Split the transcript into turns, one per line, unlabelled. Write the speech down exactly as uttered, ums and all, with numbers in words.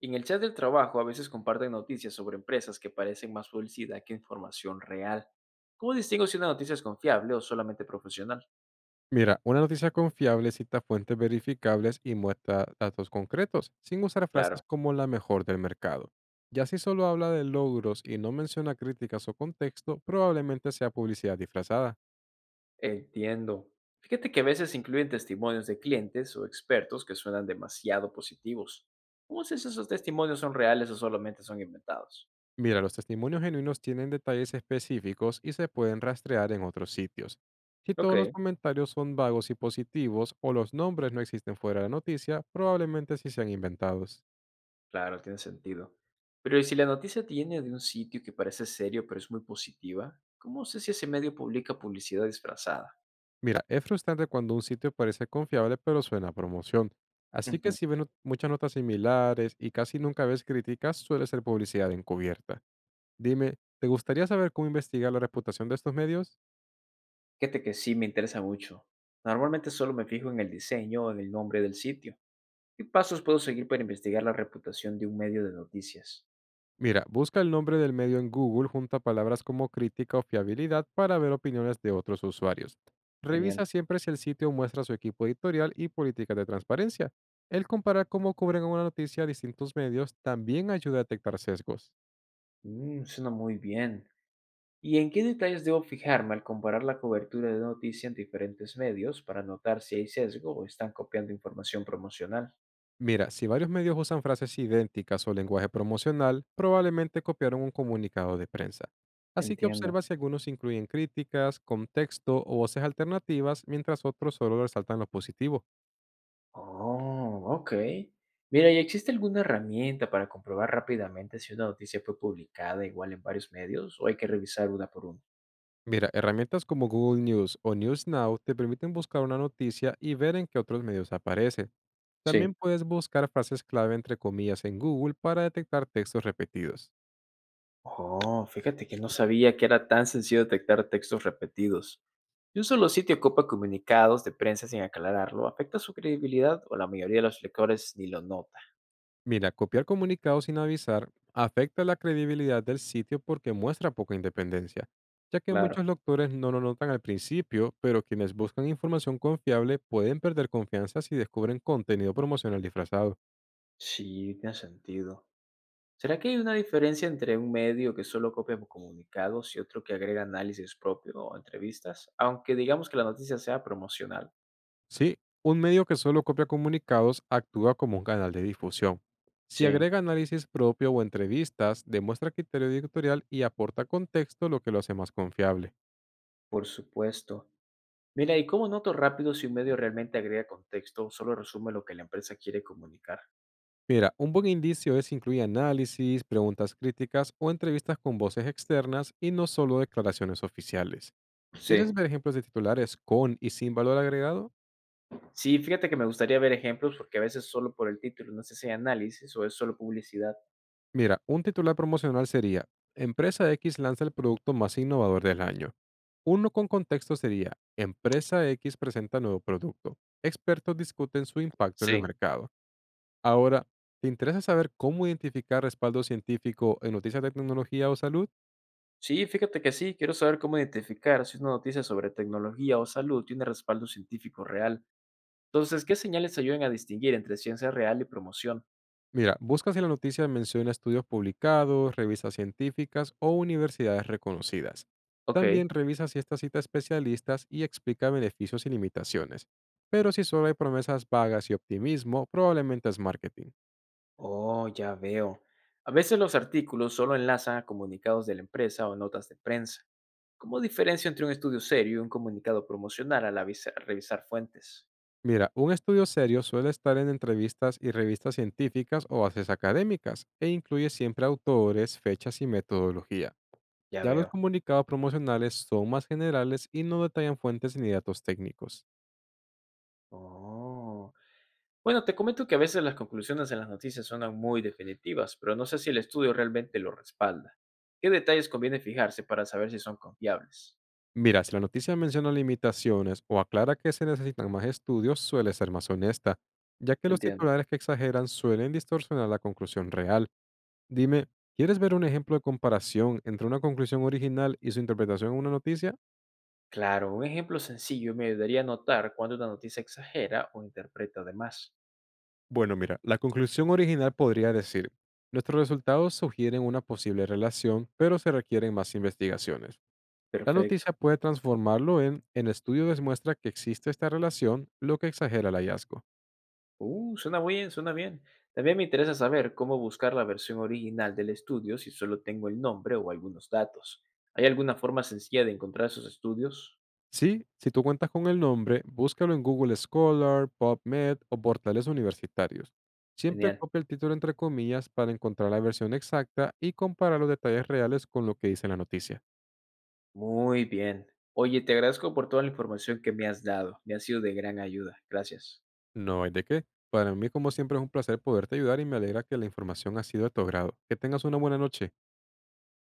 En el chat del trabajo a veces comparten noticias sobre empresas que parecen más publicidad que información real. ¿Cómo distingo si una noticia es confiable o solamente profesional?
Mira, una noticia confiable cita fuentes verificables y muestra datos concretos, sin usar frases
Claro,
como la mejor del mercado. Ya si solo habla de logros y no menciona críticas o contexto, probablemente sea publicidad disfrazada.
entiendo. Fíjate que a veces incluyen testimonios de clientes o expertos que suenan demasiado positivos. ¿Cómo sé si esos testimonios son reales o solamente son inventados?
Mira, los testimonios genuinos tienen detalles específicos y se pueden rastrear en otros sitios. Si
Ok,
todos los comentarios son vagos y positivos o los nombres no existen fuera de la noticia, probablemente sí sean inventados.
claro, tiene sentido. Pero ¿y si la noticia viene de un sitio que parece serio pero es muy positiva? ¿Cómo sé si ese medio publica publicidad disfrazada?
Mira, es frustrante cuando un sitio parece confiable pero suena a promoción. Así que si ven muchas notas similares y casi nunca ves críticas, suele ser publicidad encubierta. Dime, ¿te gustaría saber cómo investigar la reputación de estos medios?
Fíjate que sí me interesa mucho. Normalmente solo me fijo en el diseño o en el nombre del sitio. ¿Qué pasos puedo seguir para investigar la reputación de un medio de noticias?
Mira, busca el nombre del medio en Google junto a palabras como crítica o fiabilidad para ver opiniones de otros usuarios. Revisa
Genial.
siempre si el sitio muestra su equipo editorial y políticas de transparencia. El comparar cómo cubren una noticia a distintos medios también ayuda a detectar sesgos.
Mm, suena muy bien. ¿Y en qué detalles debo fijarme al comparar la cobertura de noticia en diferentes medios para notar si hay sesgo o están copiando información promocional?
Mira, si varios medios usan frases idénticas o lenguaje promocional, probablemente copiaron un comunicado de prensa. Así que
Entiendo.
observa si algunos incluyen críticas, contexto o voces alternativas, mientras otros solo resaltan lo positivo.
Oh, ok. Mira, ¿y existe alguna herramienta para comprobar rápidamente si una noticia fue publicada igual en varios medios o hay que revisar una por una?
Mira, herramientas como Google News o NewsNow te permiten buscar una noticia y ver en qué otros medios aparece. También
Sí.
puedes buscar frases clave entre comillas en Google para detectar textos repetidos.
Oh, fíjate que no sabía que era tan sencillo detectar textos repetidos. Si un solo sitio ocupa comunicados de prensa sin aclararlo, ¿afecta su credibilidad o la mayoría de los lectores ni lo nota?
Mira, copiar comunicados sin avisar afecta la credibilidad del sitio porque muestra poca independencia, ya que
Claro,
muchos lectores no lo notan al principio, pero quienes buscan información confiable pueden perder confianza si descubren contenido promocional disfrazado.
sí, tiene sentido. ¿Será que hay una diferencia entre un medio que solo copia comunicados y otro que agrega análisis propio o entrevistas, aunque digamos que la noticia sea promocional?
Sí, un medio que solo copia comunicados actúa como un canal de difusión. Si
Sí,
agrega análisis propio o entrevistas, demuestra criterio editorial y aporta contexto, lo que lo hace más confiable.
por supuesto. Mira, ¿y cómo noto rápido si un medio realmente agrega contexto o solo resume lo que la empresa quiere comunicar?
Mira, un buen indicio es incluir análisis, preguntas críticas o entrevistas con voces externas y no solo declaraciones oficiales.
Sí.
¿Quieres ver ejemplos de titulares con y sin valor agregado?
Sí, fíjate que me gustaría ver ejemplos, porque a veces solo por el título no sé si hay análisis o es solo publicidad.
Mira, un titular promocional sería, empresa equis lanza el producto más innovador del año. Uno con contexto sería, empresa equis presenta nuevo producto. Expertos discuten su impacto en el
Sí,
mercado. Ahora, ¿te interesa saber cómo identificar respaldo científico en noticias de tecnología o salud?
sí, fíjate que sí, quiero saber cómo identificar si una noticia sobre tecnología o salud tiene respaldo científico real. Entonces, ¿qué señales ayudan a distinguir entre ciencia real y promoción?
Mira, busca si la noticia menciona estudios publicados, revistas científicas o universidades reconocidas.
Ok,
También revisa si esta cita a especialistas y explica beneficios y limitaciones. Pero si solo hay promesas vagas y optimismo, probablemente es marketing.
oh, ya veo. A veces los artículos solo enlazan a comunicados de la empresa o notas de prensa. ¿Cómo diferencia entre un estudio serio y un comunicado promocional al avisa- revisar fuentes?
Mira, un estudio serio suele estar en entrevistas y revistas científicas o bases académicas e incluye siempre autores, fechas y metodología.
Ya
Ya los
veo.
comunicados promocionales son más generales y no detallan fuentes ni datos técnicos.
Oh. Bueno, te comento que a veces las conclusiones en las noticias suenan muy definitivas, pero no sé si el estudio realmente lo respalda. ¿Qué detalles conviene fijarse para saber si son confiables?
Mira, si la noticia menciona limitaciones o aclara que se necesitan más estudios, suele ser más honesta, ya que los
Entiendo.
titulares que exageran suelen distorsionar la conclusión real. Dime, ¿quieres ver un ejemplo de comparación entre una conclusión original y su interpretación en una noticia?
Claro, un ejemplo sencillo me ayudaría a notar cuando una noticia exagera o interpreta de más.
Bueno, mira, la conclusión original podría decir, nuestros resultados sugieren una posible relación, pero se requieren más investigaciones. La
Perfecto.
noticia puede transformarlo en, el estudio demuestra que existe esta relación, lo que exagera el hallazgo.
Uh, suena bien, suena bien. También me interesa saber cómo buscar la versión original del estudio si solo tengo el nombre o algunos datos. ¿Hay alguna forma sencilla de encontrar esos estudios?
Sí, si tú cuentas con el nombre, búscalo en Google Scholar, PubMed o portales universitarios. Siempre
Genial.
copia el título entre comillas para encontrar la versión exacta y comparar los detalles reales con lo que dice la noticia.
Muy bien. Oye, te agradezco por toda la información que me has dado. Me ha sido de gran ayuda. Gracias.
No hay de qué. Para mí, como siempre, es un placer poderte ayudar y me alegra que la información ha sido de tu agrado. Que tengas una buena noche.